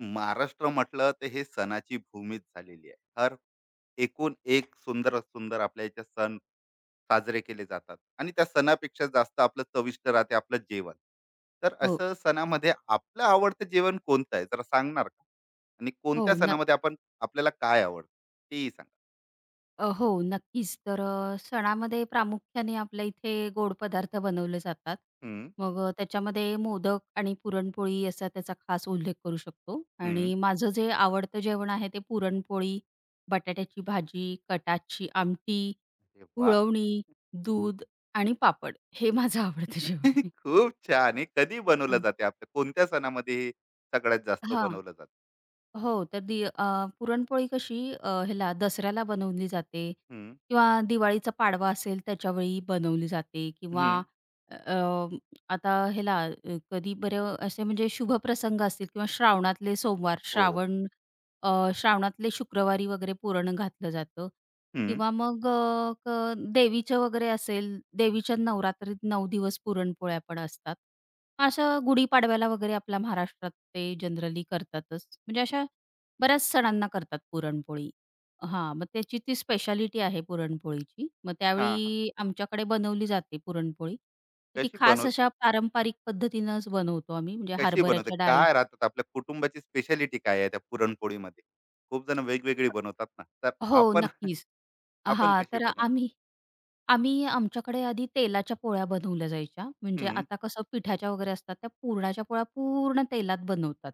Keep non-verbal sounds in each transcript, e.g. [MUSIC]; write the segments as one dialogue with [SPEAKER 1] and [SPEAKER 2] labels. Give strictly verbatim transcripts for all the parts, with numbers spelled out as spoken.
[SPEAKER 1] महाराष्ट्र म्हटलं तर हे सणाची भूमीच झालेली आहे. हर एकूण एक सुंदर सुंदर आपल्या इथे सण साजरे केले जातात आणि त्या सणापेक्षा जास्त आपलं चविष्ट राहते आपलं जेवण. तर
[SPEAKER 2] हो,
[SPEAKER 1] असं सणामध्ये आपलं आवडतं जेवण कोणतं आहे जरा सांगणार का? आणि कोणत्या
[SPEAKER 2] हो. नक्क
[SPEAKER 1] सणामध्ये आपण आपल्याला काय आवडतं तेही सांगा?
[SPEAKER 2] अ, हो, नक्कीच. तर अ, सणामध्ये प्रामुख्याने आपल्या इथे गोड पदार्थ बनवले जातात.
[SPEAKER 1] हं,
[SPEAKER 2] मग अ, त्याच्यामध्ये मोदक आणि पुरणपोळी असा त्याचा खास उल्लेख करू शकतो.
[SPEAKER 1] हं.
[SPEAKER 2] आणि माझं जे आवडतं जेवण आहे ते पुरणपोळी, बटाट्याची भाजी, कटाची आमटी,
[SPEAKER 1] अरे वाह!
[SPEAKER 2] कुळवणी, दूध आणि पापड हे माझं आवडतं जेवण
[SPEAKER 1] [LAUGHS]
[SPEAKER 2] आहे.
[SPEAKER 1] खूप छान. हे कधी बनवलं जाते आपल्या कोणत्या सणामध्ये हे सगळ्यात जास्त
[SPEAKER 2] हां.
[SPEAKER 1] बनवलं जातं?
[SPEAKER 2] हो, तर दी अ, पुरणपोळी कशी अ,
[SPEAKER 1] हं,
[SPEAKER 2] ह्याला दसऱ्याला बनवली जाते
[SPEAKER 1] हं,
[SPEAKER 2] किंवा दिवाळीचा पाडवा असेल त्याच्यावेळी बनवली जाते किंवा
[SPEAKER 1] हं.
[SPEAKER 2] अ, अ, आता ह्याला अ, कधी बरे असे म्हणजे शुभप्रसंग असतील किंवा श्रावणातले सोमवार
[SPEAKER 1] हो.
[SPEAKER 2] श्रावण अ, श्रावणातले शुक्रवारी वगैरे पुरण घातलं जातं
[SPEAKER 1] हं.
[SPEAKER 2] किंवा मग अ, क देवीचे वगैरे असेल, देवीच्या नवरात्रीत नऊ दिवस पुरणपोळ्या पण असतात. अशा गुढीपाडव्याला वगैरे आपल्या महाराष्ट्रात ते जनरली करतातच. म्हणजे अशा बऱ्याच सणांना करतात पुरणपोळी. हां, मग त्याची ती स्पेशालिटी आहे पुरणपोळीची. मग
[SPEAKER 1] हां,
[SPEAKER 2] त्यावेळी आमच्याकडे बनवली जाते पुरणपोळी. ती
[SPEAKER 1] कशी
[SPEAKER 2] खास
[SPEAKER 1] बनव
[SPEAKER 2] अशा पारंपरिक पद्धतीनंच बनवतो आम्ही म्हणजे
[SPEAKER 1] कशी बनवते?
[SPEAKER 2] हरभऱ्याच्या डाळी.
[SPEAKER 1] काय राहतात आपल्या कुटुंबाची स्पेशालिटी काय आहे त्या पुरणपोळीमध्ये? खूप जण वेगवेगळी बनवतात ना. तर
[SPEAKER 2] हो,
[SPEAKER 1] आपण
[SPEAKER 2] नक्कीच.
[SPEAKER 1] आपण
[SPEAKER 2] हां,
[SPEAKER 1] कशी
[SPEAKER 2] तर
[SPEAKER 1] बनवतो?
[SPEAKER 2] आम्ही आम्ही आमच्याकडे आधी तेलाच्या पोळ्या बनवल्या जायच्या. म्हणजे
[SPEAKER 1] हं.
[SPEAKER 2] आता कसं पिठाच्या वगैरे असतात, त्या पुरणाच्या पोळ्या पूर्ण तेलात बनवतात.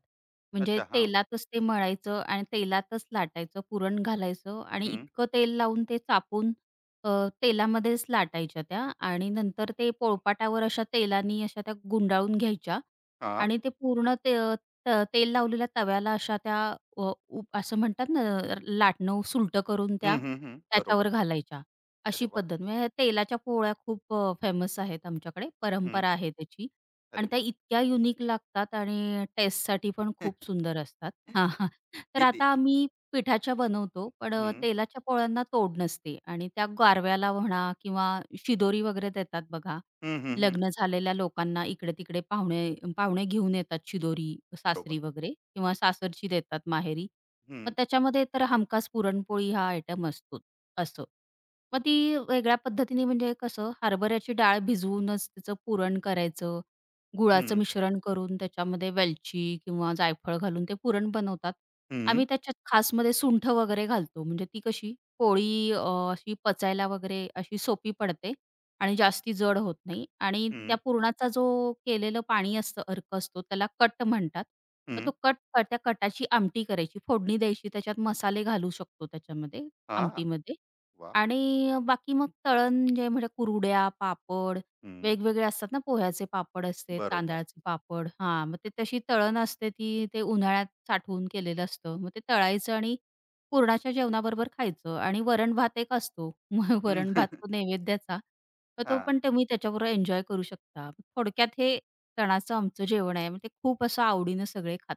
[SPEAKER 2] म्हणजे
[SPEAKER 1] अच्छा. हां.
[SPEAKER 2] तेलातच ते मळायचं आणि तेलातच लाटायचं, पुरण घालायचं आणि
[SPEAKER 1] हं.
[SPEAKER 2] इतकं तेल लावून ते चापून अ, तेलामध्येच लाटायच्या त्या आणि नंतर ते पोळपाटावर अशा तेलानी अशा त्या गुंडाळून घ्यायच्या
[SPEAKER 1] हां.
[SPEAKER 2] आणि ते पूर्ण ते त तेल लावलेल्या तव्याला अशा त्या अ, उ असं म्हणतात ना, लाटणं सुलटं करून त्या
[SPEAKER 1] हं, हं, हं. बरोबर.
[SPEAKER 2] त्याच्यावर घालायच्या.
[SPEAKER 1] अरे
[SPEAKER 2] अशी
[SPEAKER 1] वा,
[SPEAKER 2] पद्धत म्हणजे तेलाच्या पोळ्या खूप अ, फेमस आहेत आमच्याकडे.
[SPEAKER 1] हं.
[SPEAKER 2] परंपरा आहे त्याची
[SPEAKER 1] अरे
[SPEAKER 2] आणि त्या
[SPEAKER 1] वाह!
[SPEAKER 2] इतक्या युनिक लागतात आणि टेस्टसाठी पण खूप
[SPEAKER 1] [LAUGHS]
[SPEAKER 2] सुंदर असतात. हां, हां. तर
[SPEAKER 1] किती?
[SPEAKER 2] आता आम्ही पिठाच्या बनवतो, पण अ,
[SPEAKER 1] हं.
[SPEAKER 2] तेलाच्या पोळ्यांना तोड नसते आणि त्या गारव्याला म्हणा किंवा शिदोरी वगैरे देतात बघा.
[SPEAKER 1] हं, हं, हं.
[SPEAKER 2] लग्न झालेल्या लोकांना इकडे-तिकडे पाहुणे पाहुणे घेऊन येतात शिदोरी,
[SPEAKER 1] बरोबर.
[SPEAKER 2] सासरी वगैरे किंवा सासरची देतात माहेरी.
[SPEAKER 1] हं.
[SPEAKER 2] मग त्याच्यामध्ये तर हमखास पुरणपोळी हा आयटम असतोच, असं. मग ती वेगळ्या पद्धतीने म्हणजे कसं हरभऱ्याची डाळ भिजवूनच तिचं पुरण करायचं. गुळाचं
[SPEAKER 1] हं.
[SPEAKER 2] मिश्रण करून त्याच्यामध्ये वेलची किंवा जायफळ घालून ते पुरण बनवतात.
[SPEAKER 1] हं.
[SPEAKER 2] आम्ही त्याच्यात खासमध्ये सुंठ वगैरे घालतो. म्हणजे ती कशी पोळी अ, अशी पचायला वगैरे अशी सोपी पडते आणि जास्ती जड होत नाही आणि
[SPEAKER 1] हं.
[SPEAKER 2] त्या पुरणाचा जो केलेलं पाणी असतं, अर्क असतो त्याला कट म्हणतात. मग
[SPEAKER 1] हं.
[SPEAKER 2] तो कट त्या कटाची आमटी करायची, फोडणी द्यायची, त्याच्यात मसाले घालू शकतो त्याच्यामध्ये
[SPEAKER 1] हां.
[SPEAKER 2] आमटीमध्ये
[SPEAKER 1] वाह!
[SPEAKER 2] आणि बाकी मग तळण जे म्हणजे कुरड्या, पापड
[SPEAKER 1] हं.
[SPEAKER 2] वेगवेगळे असतात ना पोह्याचे पापड असते,
[SPEAKER 1] बरोबर.
[SPEAKER 2] तांदळाचे पापड हां, मग ते तशी तळण असते ती ते उन्हाळ्यात साठवून केलेलं असतं. मग ते तळायचं आणि पुरणाच्या जेवणाबरोबर खायचं आणि वरण-भात एक असतो. [LAUGHS] मग
[SPEAKER 1] हं.
[SPEAKER 2] वरण-भात तो नैवेद्याचा. तर तो
[SPEAKER 1] हां. [LAUGHS]
[SPEAKER 2] पण तुम्ही त्याच्याबरोबर एन्जॉय करू शकता. थोडक्यात हे सणाचं आमचं जेवण आहे. मग ते खूप असं आवडीनं सगळे खातात.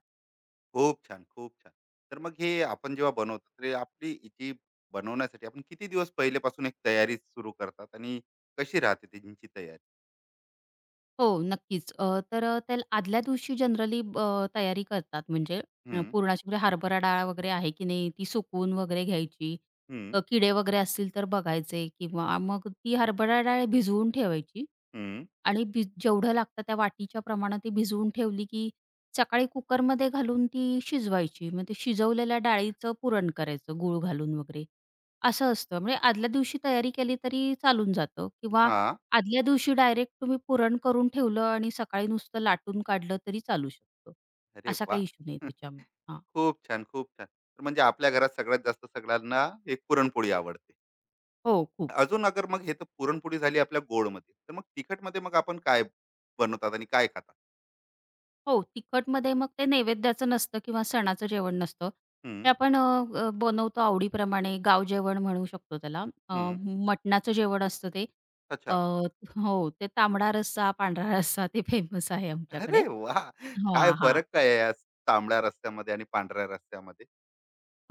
[SPEAKER 1] खूप छान, खूप छान. तर मग हे आपण जेव्हा बनवतो, तर आपली जी बनवण्यासाठी आपण किती दिवस पहिल्यापासून एक तयारी सुरू करतात आणि कशी राहते त्यांची तयारी?
[SPEAKER 2] हो, नक्कीच. अ, तर अ, त्याला आदल्या दिवशी जनरली तयारी करतात म्हणजे अ,
[SPEAKER 1] हं,
[SPEAKER 2] पुरणाची म्हणजे हरभरा डाळ वगैरे आहे की नाही ती सुकवून वगैरे घ्यायची.
[SPEAKER 1] हं,
[SPEAKER 2] अ, किडे वगैरे असतील तर बघायचे किंवा मग ती हरभरा डाळ भिजवून ठेवायची.
[SPEAKER 1] हं.
[SPEAKER 2] आणि भि जेवढं लागतं त्या वाटीच्या प्रमाणात ती भिजवून ठेवली, की सकाळी कुकरमध्ये घालून ती शिजवायची. मग ते शिजवलेल्या डाळीचं पुरण करायचं गूळ घालून वगैरे. असं असतं. म्हणजे आदल्या दिवशी तयारी केली तरी चालून जातं किंवा
[SPEAKER 1] हां.
[SPEAKER 2] आदल्या दिवशी डायरेक्ट तुम्ही पुरण करून ठेवलं आणि सकाळी नुसतं लाटून काढलं तरी चालू शकतं.
[SPEAKER 1] अरे
[SPEAKER 2] असा
[SPEAKER 1] वा,
[SPEAKER 2] काही इश्यू नाही
[SPEAKER 1] [LAUGHS] हं.
[SPEAKER 2] त्याच्यामुळे. हां.
[SPEAKER 1] खूप छान, खूप छान. तर म्हणजे आपल्या घरात सगळ्यात जास्त सगळ्यांना एक पुरणपोळी आवडते.
[SPEAKER 2] हो, खूप.
[SPEAKER 1] अजून अगर मग हे तर पुरणपोळी झाली आपल्या गोडमध्ये, तर मग तिखटमध्ये मग आपण काय बनवतात आणि काय खातात?
[SPEAKER 2] हो, तिखटमध्ये मग ते नैवेद्याचं नसतं किंवा सणाचं जेवण नसतं.
[SPEAKER 1] हं,
[SPEAKER 2] ते आपण अ, अ, बनवतो आवडीप्रमाणे गाव जेवण म्हणू शकतो त्याला. अ,
[SPEAKER 1] हं.
[SPEAKER 2] मटणाचं जेवण असतं ते. अ,
[SPEAKER 1] अच्छा.
[SPEAKER 2] हो, ते तांबडा रस्सा, पांढरा रस्सा ते फेमस आहे
[SPEAKER 1] अरे
[SPEAKER 2] आमच्याकडे.
[SPEAKER 1] वाह! काय
[SPEAKER 2] हां, हां.
[SPEAKER 1] फरक काय आहे या तांबड्या रस्स्यामध्ये आणि पांढऱ्या रस्स्यामध्ये?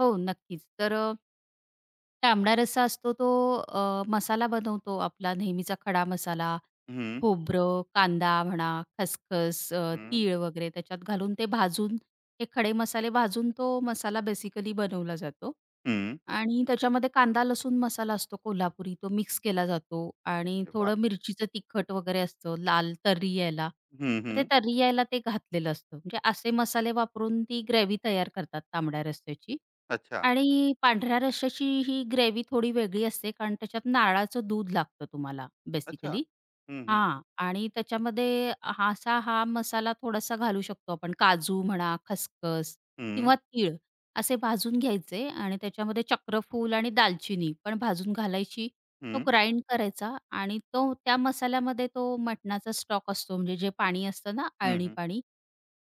[SPEAKER 2] हो, नक्कीच. तर अ, तांबडा रस्सा असतो तो अ, मसाला बनवतो आपला नेहमीचा खडा मसाला,
[SPEAKER 1] हं,
[SPEAKER 2] खोबरं, कांदा म्हणा, खसखस, अ,
[SPEAKER 1] हं,
[SPEAKER 2] तीळ वगैरे त्याच्यात घालून ते भाजून हे खडे मसाले भाजून तो मसाला बेसिकली बनवला जातो
[SPEAKER 1] हं.
[SPEAKER 2] आणि त्याच्यामध्ये कांदा, लसूण मसाला असतो कोल्हापुरी, तो मिक्स केला जातो आणि
[SPEAKER 1] अरे वाह!
[SPEAKER 2] थोडं मिरचीचं तिखट वगैरे असतं, लाल तर्री यायला.
[SPEAKER 1] हं,
[SPEAKER 2] मग
[SPEAKER 1] हं.
[SPEAKER 2] ते तर्री यायला ते घातलेलं असतं. म्हणजे असे मसाले वापरून ती ग्रेव्ही तयार करतात तांबड्या रस्स्याची.
[SPEAKER 1] अच्छा,
[SPEAKER 2] आणि पांढऱ्या रश्श्याची ही ग्रेव्ही थोडी वेगळी असते, कारण त्याच्यात नारळाचं दूध लागतं तुम्हाला
[SPEAKER 1] अच्छा.
[SPEAKER 2] बेसिकली.
[SPEAKER 1] हं, हं.
[SPEAKER 2] हां. आणि त्याच्यामध्ये हा असा हा मसाला थोडासा घालू शकतो आपण. काजू म्हणा, खसखस
[SPEAKER 1] हं,
[SPEAKER 2] किंवा तीळ असे भाजून घ्यायचे आणि त्याच्यामध्ये चक्रफूल आणि दालचिनी पण भाजून घालायची. तो
[SPEAKER 1] हं,
[SPEAKER 2] ग्राइंड करायचा आणि तो त्या मसाल्यामध्ये तो मटणाचा स्टॉक असतो, म्हणजे जे पाणी असतं ना,
[SPEAKER 1] हं,
[SPEAKER 2] अळणी
[SPEAKER 1] हं,
[SPEAKER 2] पाणी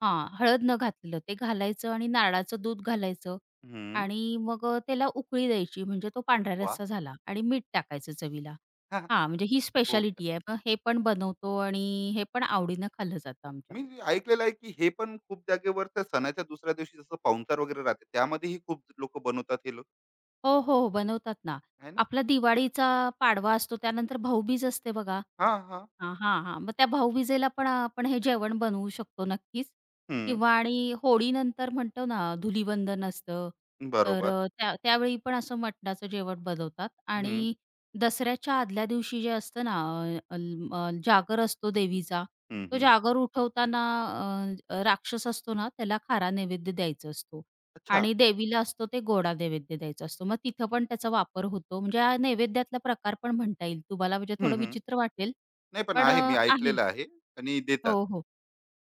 [SPEAKER 2] हां, हळद न घातलेलं ते घालायचं आणि नारळाचं दूध घालायचं
[SPEAKER 1] हं.
[SPEAKER 2] आणि मग अ, त्याला उकळी द्यायची म्हणजे तो पांढरा
[SPEAKER 1] वाह!
[SPEAKER 2] रस्सा झाला आणि मीठ टाकायचं चवीला.
[SPEAKER 1] [LAUGHS]
[SPEAKER 2] हां, म्हणजे ही
[SPEAKER 1] खूप छान.
[SPEAKER 2] स्पेशालिटी आहे. मग हे पण बनवतो आणि हे पण आवडीनं खाल्लं जातं
[SPEAKER 1] मी
[SPEAKER 2] आमच्याकडे.
[SPEAKER 1] ऐकलेलं आहे, की हे पण खूप जागेवर त्या सणाच्या दुसऱ्या दिवशी जसं पाहुणचार वगैरे राहते, त्यामध्येही खूप लोकं बनवतात हे लोक,
[SPEAKER 2] हो, हो, हो, बनवतात ना.
[SPEAKER 1] आहे ना?
[SPEAKER 2] आपला दिवाळीचा पाडवा असतो त्यानंतर भाऊबीज असते बघा.
[SPEAKER 1] हां, हां.
[SPEAKER 2] हां, हां, हां. मग त्या भाऊबीजेला पण आपण हे जेवण बनवू शकतो नक्कीच
[SPEAKER 1] हं.
[SPEAKER 2] किंवा आणि होळीनंतर म्हणतो ना धुलीवंदन असतं, तर
[SPEAKER 1] बरोबर.
[SPEAKER 2] अ, त्या त्यावेळी पण असं मटणाचं जेवण बनवतात
[SPEAKER 1] हं, हं,
[SPEAKER 2] आणि दसऱ्याच्या आदल्या दिवशी जे असतं ना अ, अल अ, जागर असतो देवीचा,
[SPEAKER 1] हं, हं.
[SPEAKER 2] तो
[SPEAKER 1] हं.
[SPEAKER 2] जागर उठवताना अ, राक्षस असतो ना त्याला खारा नैवेद्य द्यायचा असतो
[SPEAKER 1] अच्छा.
[SPEAKER 2] आणि देवीला असतो ते गोडा नैवेद्य द्यायचा असतो. मग तिथं पण त्याचा वापर होतो. म्हणजे हा नैवेद्यातला प्रकार पण म्हणता येईल तुम्हाला म्हणजे
[SPEAKER 1] हं,
[SPEAKER 2] थोडं
[SPEAKER 1] हं.
[SPEAKER 2] विचित्र वाटेल,
[SPEAKER 1] नाही पण
[SPEAKER 2] पण
[SPEAKER 1] आहे, मी
[SPEAKER 2] अ, आहे.
[SPEAKER 1] ऐकलेलं आहे आणि
[SPEAKER 2] हो,
[SPEAKER 1] देतात,
[SPEAKER 2] हो.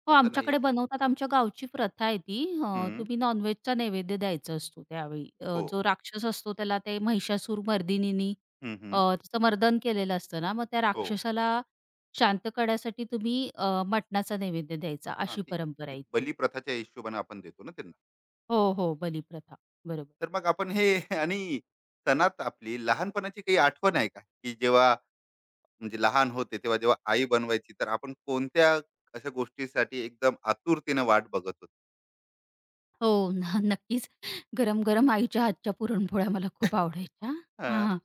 [SPEAKER 2] हो,
[SPEAKER 1] असं नाहीये.
[SPEAKER 2] आमच्याकडे बनवतात. आमच्या गावची प्रथा आहे ती. अ,
[SPEAKER 1] हं.
[SPEAKER 2] तुम्ही नॉन-व्हेजचा नैवेद्य द्यायचा असतो त्यावेळी. अ,
[SPEAKER 1] हो.
[SPEAKER 2] जो राक्षस असतो त्याला ते महिषासूर मर्दिनीनी
[SPEAKER 1] हं,
[SPEAKER 2] अ,
[SPEAKER 1] हं.
[SPEAKER 2] त्याचं मर्दन केलेलं असतं ना, मग त्या
[SPEAKER 1] हो.
[SPEAKER 2] राक्षसाला शांत करण्यासाठी तुम्ही अ, मटणाचा नैवेद्य द्यायचा,
[SPEAKER 1] हां,
[SPEAKER 2] अशी
[SPEAKER 1] ती
[SPEAKER 2] परंपरा आहे
[SPEAKER 1] एक
[SPEAKER 2] इथे.
[SPEAKER 1] बलिप्रथाच्या हिशोबाने आपण देतो ना ते.
[SPEAKER 2] हो, हो. बलीप्रथा. बरोबर.
[SPEAKER 1] तर मग आपण हे [LAUGHS] आणि सणात आपली लहानपणाची काही आठवण आहे का? की जेव्हा म्हणजे लहान होते तेव्हा जेव्हा आई बनवायची तर आपण कोणत्या अशा गोष्टीसाठी एकदम आतुरतेने वाट बघत होतो?
[SPEAKER 2] हो, न नक्कीच. गरम-गरम आईच्या हातच्या पुरणपोळ्या मला खूप आवडायच्या.
[SPEAKER 1] हां.
[SPEAKER 2] हां.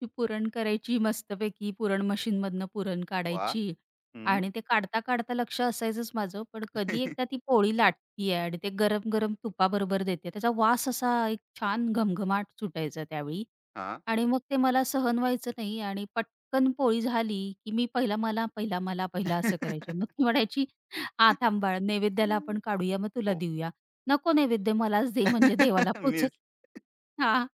[SPEAKER 2] ती पुरण करायची मस्तपैकी, पुरण मशीनमधनं पुरण
[SPEAKER 1] वाह!
[SPEAKER 2] काढायची
[SPEAKER 1] हं.
[SPEAKER 2] आणि ते काढता-काढता लक्ष असायचंच माझं, पण कधी एकदा ती पोळी लाटतीये आणि ते गरम-गरम तुपाबरोबर देते. त्याचा वास असा एक छान घमघमाट सुटायचा त्यावेळी
[SPEAKER 1] हां.
[SPEAKER 2] आणि मग ते मला सहन व्हायचं नाही आणि पटकन पोळी झाली, की मी "पहिला मला, पहिला मला, पहिला" असं करायचे. मग ती म्हणायची, "हां, थांब नैवेद्याला
[SPEAKER 1] हं.
[SPEAKER 2] आपण काढूया, मग
[SPEAKER 1] [LAUGHS] [LAUGHS]
[SPEAKER 2] तुला
[SPEAKER 1] हो.
[SPEAKER 2] देऊया." नको नैवेद्य मलाच दे म्हणजे देवाला
[SPEAKER 1] [LAUGHS]
[SPEAKER 2] पोचेल.
[SPEAKER 1] मिस.
[SPEAKER 2] हां.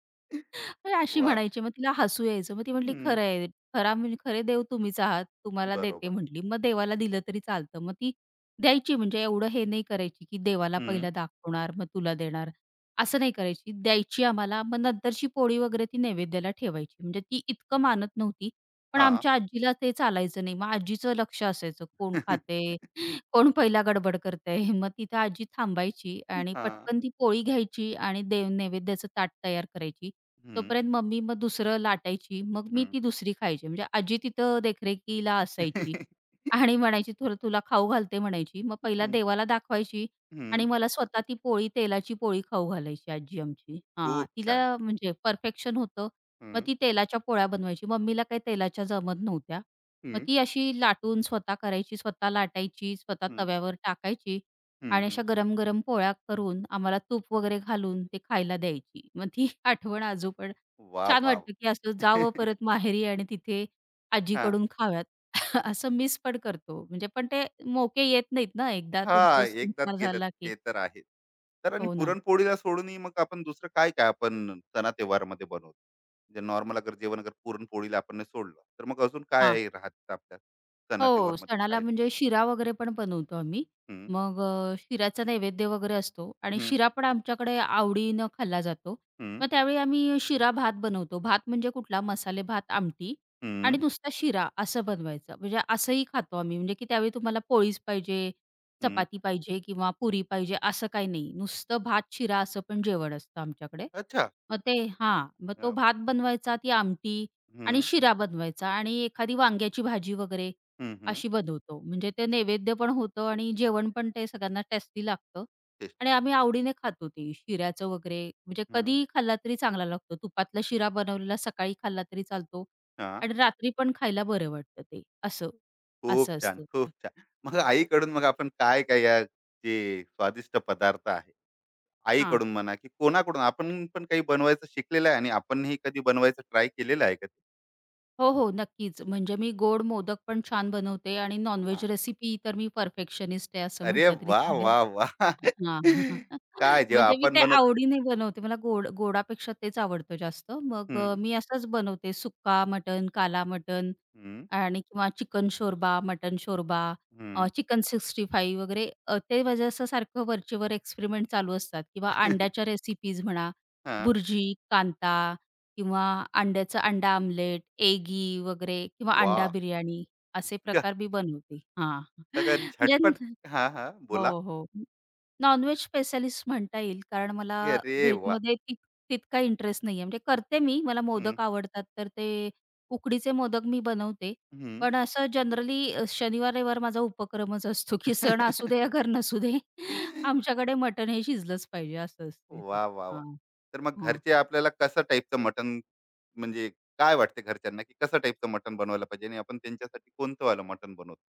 [SPEAKER 2] तर अशी
[SPEAKER 1] वाह!
[SPEAKER 2] म्हणायची. मग तिला हसू यायचं. मग ती म्हटली,
[SPEAKER 1] हं.
[SPEAKER 2] "खरं आहे. खरा म्हणजे खरे देव तुम्हीच आहात. तुम्हाला देते"
[SPEAKER 1] बरोबर.
[SPEAKER 2] म्हटली. मग देवाला दिलं तरी चालतं. मग ती द्यायची म्हणजे एवढं हे नाही करायची, की देवाला
[SPEAKER 1] हं.
[SPEAKER 2] पहिला दाखवणार, मग तुला देणार, असं नाही करायची. द्यायची आम्हाला, मग नंतरची पोळी वगैरे ती नैवेद्याला ठेवायची. म्हणजे ती इतकं मानत नव्हती. पण
[SPEAKER 1] हां.
[SPEAKER 2] आमच्या आजीला ते चालायचं नाही. मग आजीचं लक्ष असायचं, कोण
[SPEAKER 1] [LAUGHS]
[SPEAKER 2] खातंय, कोण पहिला गडबड करतंय. [LAUGHS] मग तिथं आजी थांबायची आणि
[SPEAKER 1] हां.
[SPEAKER 2] पटकन ती पोळी घ्यायची आणि देव नैवेद्याचं ताट तयार करायची.
[SPEAKER 1] हं,
[SPEAKER 2] तोपर्यंत मम्मी मग दुसरं लाटायची. मग मी
[SPEAKER 1] हं.
[SPEAKER 2] ती दुसरी खायची. म्हणजे आजी तिथं देखरेखीला असायची आणि म्हणायची, "थोडं तुला खाऊ घालते" म्हणायची. मग पहिला
[SPEAKER 1] हं,
[SPEAKER 2] देवाला दाखवायची आणि
[SPEAKER 1] हं. [LAUGHS] [LAUGHS]
[SPEAKER 2] मला स्वतः ती पोळी, तेलाची पोळी खाऊ घालायची आजी आमची. हां,
[SPEAKER 1] खूप छान.
[SPEAKER 2] तिला म्हणजे परफेक्शन होतं. मग
[SPEAKER 1] हं,
[SPEAKER 2] ती तेलाच्या पोळ्या बनवायची. मम्मीला काही तेलाच्या जमत नव्हत्या. मग
[SPEAKER 1] हं,
[SPEAKER 2] ती अशी लाटून स्वतः करायची, स्वतः लाटायची, स्वतः
[SPEAKER 1] हं,
[SPEAKER 2] तव्यावर टाकायची
[SPEAKER 1] हं,
[SPEAKER 2] आणि
[SPEAKER 1] हं.
[SPEAKER 2] अशा गरम-गरम पोळ्या करून आम्हाला तूप वगैरे घालून ते खायला द्यायची. मग ती [LAUGHS] आठवण आजू पण
[SPEAKER 1] वाह,
[SPEAKER 2] छान
[SPEAKER 1] वाह!
[SPEAKER 2] वाटतं, की असं
[SPEAKER 1] हां.
[SPEAKER 2] जावं
[SPEAKER 1] [LAUGHS]
[SPEAKER 2] परत माहेरी आणि तिथे आजीकडून खाव्यात. [LAUGHS] असं मिस पण करतो. म्हणजे पण ते मोके येत नाहीत ना, एकदा तुमचं
[SPEAKER 1] हां, एकदाच
[SPEAKER 2] संसार
[SPEAKER 1] गेलं
[SPEAKER 2] झाला की.
[SPEAKER 1] ते तर आहे. तर आणि
[SPEAKER 2] हो ना.
[SPEAKER 1] पुरणपोळीला सोडूनही मग आपण दुसरं काय-काय आपण सणा-त्योहारामध्ये बनवतो? जे नॉर्मल अगर जेवण अगर पुरणपोळीला आपण नाही सोडलं, तर मग अजून काय राहतं आपल्या
[SPEAKER 2] हो,
[SPEAKER 1] सणा-त्योहारमध्ये
[SPEAKER 2] सणाला
[SPEAKER 1] खाय
[SPEAKER 2] म्हणजे शिरा वगैरे पण बनवतो आम्ही.
[SPEAKER 1] हं,
[SPEAKER 2] मग अ, शिऱ्याचा नैवेद्य वगैरे असतो आणि
[SPEAKER 1] हं,
[SPEAKER 2] शिरा पण आमच्याकडे आवडीनं खाल्ला जातो.
[SPEAKER 1] हं,
[SPEAKER 2] मग त्यावेळी आम्ही शिरा भात बनवतो. भात म्हणजे कुठला मसाले भात, आमटी
[SPEAKER 1] हं,
[SPEAKER 2] आणि नुसता शिरा असं बनवायचं. म्हणजे असंही खातो आम्ही. म्हणजे की त्यावेळी तुम्हाला पोळीच पाहिजे,
[SPEAKER 1] हं.
[SPEAKER 2] चपाती पाहिजे किंवा पुरी पाहिजे असं काही नाही. नुसतं भात, शिरा असं पण जेवण असतं आमच्याकडे.
[SPEAKER 1] अच्छा.
[SPEAKER 2] मग ते हां, मग तो
[SPEAKER 1] अ,
[SPEAKER 2] भात बनवायचा, ती आमटी आणि
[SPEAKER 1] हं,
[SPEAKER 2] शिरा बनवायचा आणि एखादी वांग्याची भाजी वगैरे
[SPEAKER 1] हं, हं.
[SPEAKER 2] अशी बनवतो. म्हणजे ते नैवेद्य पण होतं आणि जेवण पण ते सगळ्यांना टेस्टी लागतं
[SPEAKER 1] टेस्ट
[SPEAKER 2] आणि आम्ही आवडीने खातो ते शिऱ्याचं वगैरे. म्हणजे
[SPEAKER 1] हं.
[SPEAKER 2] कधीही खाल्ला तरी चांगला लागतो. तुपातला शिरा बनवलेला सकाळी खाल्ला तरी चालतो
[SPEAKER 1] हां.
[SPEAKER 2] आणि रात्री पण खायला बरं वाटतं ते असं.
[SPEAKER 1] खूप
[SPEAKER 2] असं
[SPEAKER 1] छान,
[SPEAKER 2] असतं.
[SPEAKER 1] खूप
[SPEAKER 2] आमचं.
[SPEAKER 1] छान. मग आईकडून मग आपण काय-काय या जे स्वादिष्ट पदार्थ आहे
[SPEAKER 2] हां.
[SPEAKER 1] आईकडून म्हणा की कोणाकडून आपण पण काही बनवायचं शिकलेलं आहे आणि आपणही कधी बनवायचं ट्राय केलेलं आहे कधी
[SPEAKER 2] हो, हो. नक्कीच. म्हणजे मी गोड मोदक पण छान बनवते आणि नॉन
[SPEAKER 1] हा
[SPEAKER 2] रेसिपी तर मी परफेक्शनिस्ट आहे असं
[SPEAKER 1] अरे
[SPEAKER 2] म्हटलं तरी
[SPEAKER 1] वा वा
[SPEAKER 2] चालेल.
[SPEAKER 1] वा [LAUGHS]
[SPEAKER 2] हां. हां, हां.
[SPEAKER 1] काय
[SPEAKER 2] [LAUGHS]
[SPEAKER 1] जेव्हा
[SPEAKER 2] म्हणजे मी
[SPEAKER 1] आपण
[SPEAKER 2] ते
[SPEAKER 1] बनवत
[SPEAKER 2] आवडीने बनवते. मला गोड गोडापेक्षा तेच आवडतं जास्त. मग अ,
[SPEAKER 1] हम्म
[SPEAKER 2] मी असंच बनवते सुक्का मटण, काला मटण
[SPEAKER 1] हम्म
[SPEAKER 2] आणि किंवा चिकन शोरबा, मटण शोरबा, अ,
[SPEAKER 1] हम्म
[SPEAKER 2] चिकन सिक्स्टी फाइव्ह वगैरे अ, ते म्हणजे असं सारखं वरचेवर एक्सपेरिमेंट चालू असतात किंवा
[SPEAKER 1] [LAUGHS]
[SPEAKER 2] अंड्याच्या रेसिपीज म्हणा,
[SPEAKER 1] हा
[SPEAKER 2] बुर्जी, कांता किंवा अंड्याचं अंडा आमलेट, एगी वगैरे किंवा
[SPEAKER 1] वा
[SPEAKER 2] अंडा बिर्याणी असे
[SPEAKER 1] इतकं
[SPEAKER 2] प्रकार मी बनवते. हां.
[SPEAKER 1] सगळं
[SPEAKER 2] [LAUGHS] म्हणजे
[SPEAKER 1] झटपट हा हा बोला
[SPEAKER 2] हो, हो. नॉन-व्हेज स्पेशलिस्ट म्हणता येईल, कारण मला
[SPEAKER 1] अरे वा
[SPEAKER 2] व्हेजमध्ये तित तितका इंटरेस्ट नाहीये. म्हणजे करते मी, मला
[SPEAKER 1] हम्म
[SPEAKER 2] मोदक आवडतात, तर ते उकडीचे मोदक मी बनवते.
[SPEAKER 1] हम्म
[SPEAKER 2] पण असं जनरली शनिवार-रविवार माझा उपक्रमच असतो, की सण असू दे
[SPEAKER 1] [LAUGHS]
[SPEAKER 2] या घर नसू दे, [LAUGHS] आमच्याकडे मटण हे शिजलंच पाहिजे असं असते ते.
[SPEAKER 1] वा वा वा
[SPEAKER 2] हां,
[SPEAKER 1] तर मग
[SPEAKER 2] हां.
[SPEAKER 1] घरचे आपल्याला कसं टाईपचं मटन म्हणजे काय वाटते घरच्यांना की कसं टाईपचं मटन बनवायला पाहिजे आणि आपण त्यांच्यासाठी कोणतं वालं मटन बनवतो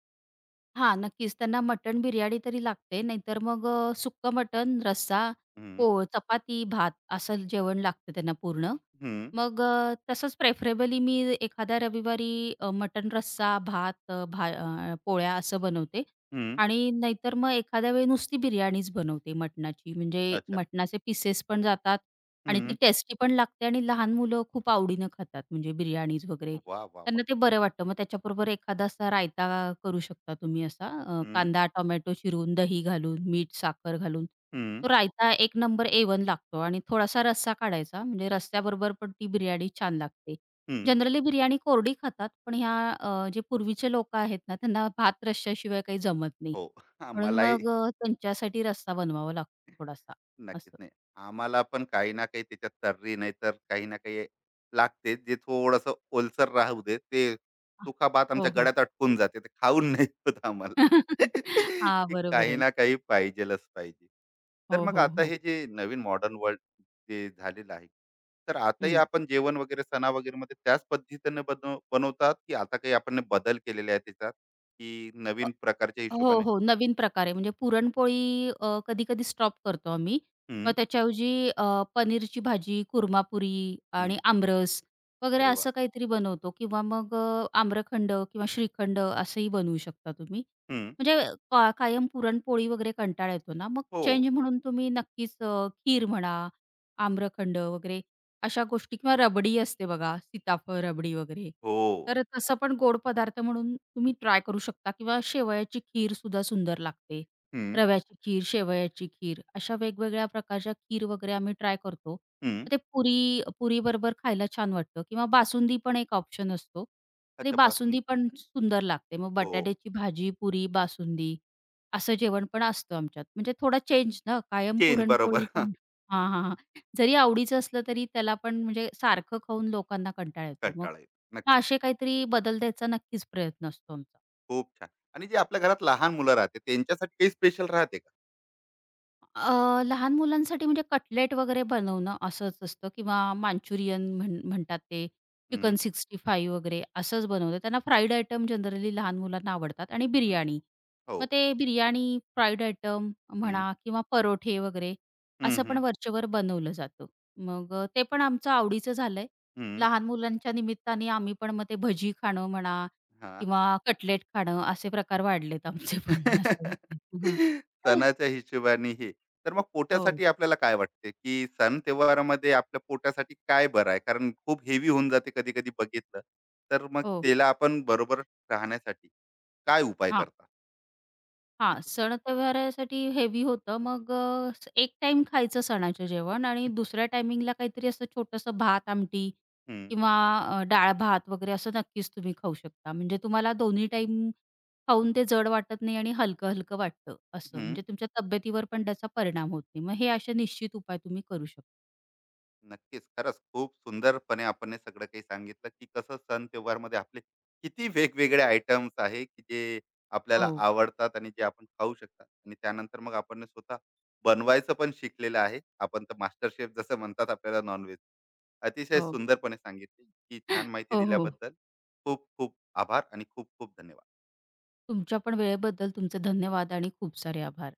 [SPEAKER 2] हां, नक्कीच. त्यांना मटण बिर्याणी तरी लागते, नाहीतर मग अ, सुक्कं मटण, रस्सा, पोळ, चपाती, भात असं जेवण लागतं त्यांना पूर्ण.
[SPEAKER 1] हं,
[SPEAKER 2] मग अ, तसंच प्रेफरेबली मी एखाद्या रविवारी अ, मटण रस्सा, भात, अ, भा अ, पोळ्या असं बनवते
[SPEAKER 1] हं.
[SPEAKER 2] आणि नाहीतर मग एखाद्या वेळी नुसती बिर्याणीच बनवते मटणाची. म्हणजे
[SPEAKER 1] अच्छा.
[SPEAKER 2] मटणाचे पीसेस पण जातात आणि ती
[SPEAKER 1] हं.
[SPEAKER 2] टेस्टी पण लागते आणि लहान मुलं खूप आवडीनं खातात म्हणजे बिर्याणीज वगैरे.
[SPEAKER 1] वाह, वाह, वाह!
[SPEAKER 2] त्यांना ते बरं वाटतं. मग त्याच्याबरोबर एखादा असा रायता करू शकता तुम्ही असा अ,
[SPEAKER 1] हं,
[SPEAKER 2] कांदा, टोमॅटो चिरून, दही घालून, मीठ, साखर घालून.
[SPEAKER 1] हं,
[SPEAKER 2] तो रायता एक नंबर ए लागतो आणि थोडासा रस्सा काढायचा म्हणजे रस्स्याबरोबर पण ती बिर्याणी छान लागते.
[SPEAKER 1] हं.
[SPEAKER 2] जनरली बिर्याणी कोरडी खातात, पण ह्या अ, जे पूर्वीचे लोकं आहेत ना, त्यांना भात रश्श्याशिवाय काही जमत नाही.
[SPEAKER 1] हो. [LAUGHS] हां,
[SPEAKER 2] म्हणून
[SPEAKER 1] मलाही
[SPEAKER 2] मग अ, त्यांच्यासाठी रस्सा बनवावा लागतो थोडासा
[SPEAKER 1] नक्कीच
[SPEAKER 2] असं.
[SPEAKER 1] नाही आम्हाला पण काही ना काही त्याच्यात तर्री नाही तर काही ना काही लागते जे थोडस ओलसर राहू दे ते
[SPEAKER 2] हां.
[SPEAKER 1] सुखा भात
[SPEAKER 2] हो,
[SPEAKER 1] आमच्या
[SPEAKER 2] हो.
[SPEAKER 1] गळ्यात अटकून जाते ते खाऊन [LAUGHS] नाही होत आम्हाला [LAUGHS]
[SPEAKER 2] [LAUGHS] हां,
[SPEAKER 1] की
[SPEAKER 2] बरोबर
[SPEAKER 1] काही
[SPEAKER 2] आहे.
[SPEAKER 1] ना काही पाहिजेलच पाहिजे तर
[SPEAKER 2] हो,
[SPEAKER 1] मग
[SPEAKER 2] हो,
[SPEAKER 1] आता
[SPEAKER 2] हो.
[SPEAKER 1] हे जे नवीन मॉडर्न वर्ल्ड जे झालेलं आहे तर आताही
[SPEAKER 2] हं.
[SPEAKER 1] आपण जेवण वगैरे सणा वगैरे मध्ये त्याच पद्धतीने बनव बनवतात की आता काही आपण बदल केलेले आहे त्याच्यात की नवीन प्रकारच्या
[SPEAKER 2] हो,
[SPEAKER 1] हिशोबाने
[SPEAKER 2] हो. नवीन प्रकार आहे. म्हणजे पुरणपोळी अ, कधी-कधी स्टॉप करतो आम्ही. मग
[SPEAKER 1] हम्म
[SPEAKER 2] त्याच्याऐवजी अ, पनीरची भाजी, कुर्मापुरी आणि
[SPEAKER 1] हम्म
[SPEAKER 2] आमरस वगैरे
[SPEAKER 1] अरे वा
[SPEAKER 2] असं काहीतरी बनवतो किंवा मग अ, आम्रखंड किंवा श्रीखंड असंही बनवू शकता तुम्ही.
[SPEAKER 1] हम्म
[SPEAKER 2] म्हणजे का कायम पुरणपोळी वगैरे कंटाळा येतो ना, मग
[SPEAKER 1] हो
[SPEAKER 2] चेंज म्हणून तुम्ही नक्कीच अ, खीर म्हणा, आम्रखंड वगैरे अशा गोष्टी किंवा रबडी असते बघा, सीताफळ रबडी वगैरे.
[SPEAKER 1] हो
[SPEAKER 2] तर तसं पण गोड पदार्थ म्हणून तुम्ही ट्राय करू शकता किंवा शेवयाची खीर खीरसुद्धा सुंदर लागते.
[SPEAKER 1] हं,
[SPEAKER 2] रव्याची खीर, शेवयाची खीर अशा वेगवेगळ्या प्रकारच्या खीर वगैरे आम्ही ट्राय करतो.
[SPEAKER 1] हं.
[SPEAKER 2] तर ते पुरी पुरीबरोबर खायला छान वाटतं किंवा बासुंदी पण एक ऑप्शन असतो. तर ती
[SPEAKER 1] अच्छा
[SPEAKER 2] बासुंदी
[SPEAKER 1] बासुंदी.
[SPEAKER 2] पण सुंदर लागते. मग
[SPEAKER 1] हो.
[SPEAKER 2] बटाट्याची भाजी, पुरी, बासुंदी असं जेवण पण असतं आमच्यात. म्हणजे थोडा चेंज ना, कायम
[SPEAKER 1] चेंज
[SPEAKER 2] पुरणपोळी
[SPEAKER 1] बरोबर.
[SPEAKER 2] पण
[SPEAKER 1] [LAUGHS]
[SPEAKER 2] हां, हां, जरी आवडीचं असलं तरी त्याला पण म्हणजे सारखं खाऊन लोकांना कंटाळा येतो. मग
[SPEAKER 1] कंटाळा येतो.
[SPEAKER 2] मग
[SPEAKER 1] नक्कीच.
[SPEAKER 2] असे काहीतरी बदल द्यायचा नक्कीच प्रयत्न असतो आमचा.
[SPEAKER 1] खूप छान. आणि जे आपल्या घरात लहान मुलं राहते त्यांच्यासाठी काही स्पेशल राहते का?
[SPEAKER 2] अ, लहान मुलांसाठी म्हणजे कटलेट वगैरे बनवणं असंच असतं किंवा मांचुरियन म्हण म्हणतात ते,
[SPEAKER 1] हं,
[SPEAKER 2] चिकन सिक्स्टी फाइव्ह वगैरे असंच बनवतो. त्यांना फ्राईड आयटम जनरली लहान मुलांना आवडतात आणि
[SPEAKER 1] हं.
[SPEAKER 2] बिर्याणी.
[SPEAKER 1] हो.
[SPEAKER 2] मग ते बिर्याणी, फ्राईड आयटम
[SPEAKER 1] हं,
[SPEAKER 2] म्हणा किंवा परोठे वगैरे
[SPEAKER 1] हं,
[SPEAKER 2] असं
[SPEAKER 1] हं,
[SPEAKER 2] पण वरचेवर बनवलं जातं. मग अ, ते पण आमचं आवडीचं झालंय.
[SPEAKER 1] हं.
[SPEAKER 2] लहान मुलांच्या निमित्ताने आम्ही पण मग ते भजी खाणं म्हणा
[SPEAKER 1] हां.
[SPEAKER 2] किंवा कटलेट खाणं असे प्रकार वाढलेत आमचे पण असं
[SPEAKER 1] [LAUGHS]
[SPEAKER 2] झालंय. हां.
[SPEAKER 1] सणाच्या हिशोबाने हे. तर मग
[SPEAKER 2] हो,
[SPEAKER 1] पोटासाठी आपल्याला काय वाटते, की सण त्योहारामध्ये आपल्या पोटासाठी काय बरं आहे? कारण खूप हेवी होऊन जाते कधी-कधी बघितलं. तर मग
[SPEAKER 2] हो.
[SPEAKER 1] त्याला आपण बरोबर राहण्यासाठी काय उपाय
[SPEAKER 2] हां,
[SPEAKER 1] करतात?
[SPEAKER 2] हां. सण-त्योहारासाठी हेवी होतं. मग अ, स- एक टाइम खायचं सणाचं जेवण आणि दुसऱ्या टायमिंगला काहीतरी असं छोटंसं भात, आमटी
[SPEAKER 1] हं,
[SPEAKER 2] किंवा अ, डाळ-भात वगैरे असं नक्कीच तुम्ही खाऊ शकता. म्हणजे तुम्हाला दोन्ही टाइम खाऊन ते जड वाटत नाही आणि हलकं-हलकं वाटतं असं.
[SPEAKER 1] हं.
[SPEAKER 2] म्हणजे तुमच्या तब्येतीवर पण त्याचा परिणाम होत नाही. मग हे असे निश्चित उपाय तुम्ही करू शकता.
[SPEAKER 1] नक्कीच. खरंच खूप सुंदरपणे आपण हे सगळं काही सांगितलं, की कसं सण त्योहारमध्ये आपले किती वेगवेगळे आयटम्स आहे, की जे आपल्याला
[SPEAKER 2] हो,
[SPEAKER 1] आवडतात आणि जे आपण खाऊ शकतात आणि त्यानंतर मग आपण हे स्वतः बनवायचं पण शिकलेलं आहे. आपण तर मास्टर शेफ जसं म्हणतात आपल्याला नॉनव्हेज. अतिशय
[SPEAKER 2] हो.
[SPEAKER 1] सुंदरपणे सांगितली. इतकी छान
[SPEAKER 2] [LAUGHS]
[SPEAKER 1] माहिती
[SPEAKER 2] हो, हो.
[SPEAKER 1] दिल्याबद्दल खूप खूप आभार आणि खूप खूप धन्यवाद.
[SPEAKER 2] तुमच्या पण वेळेबद्दल तुमचे धन्यवाद आणि खूप सारे आभार.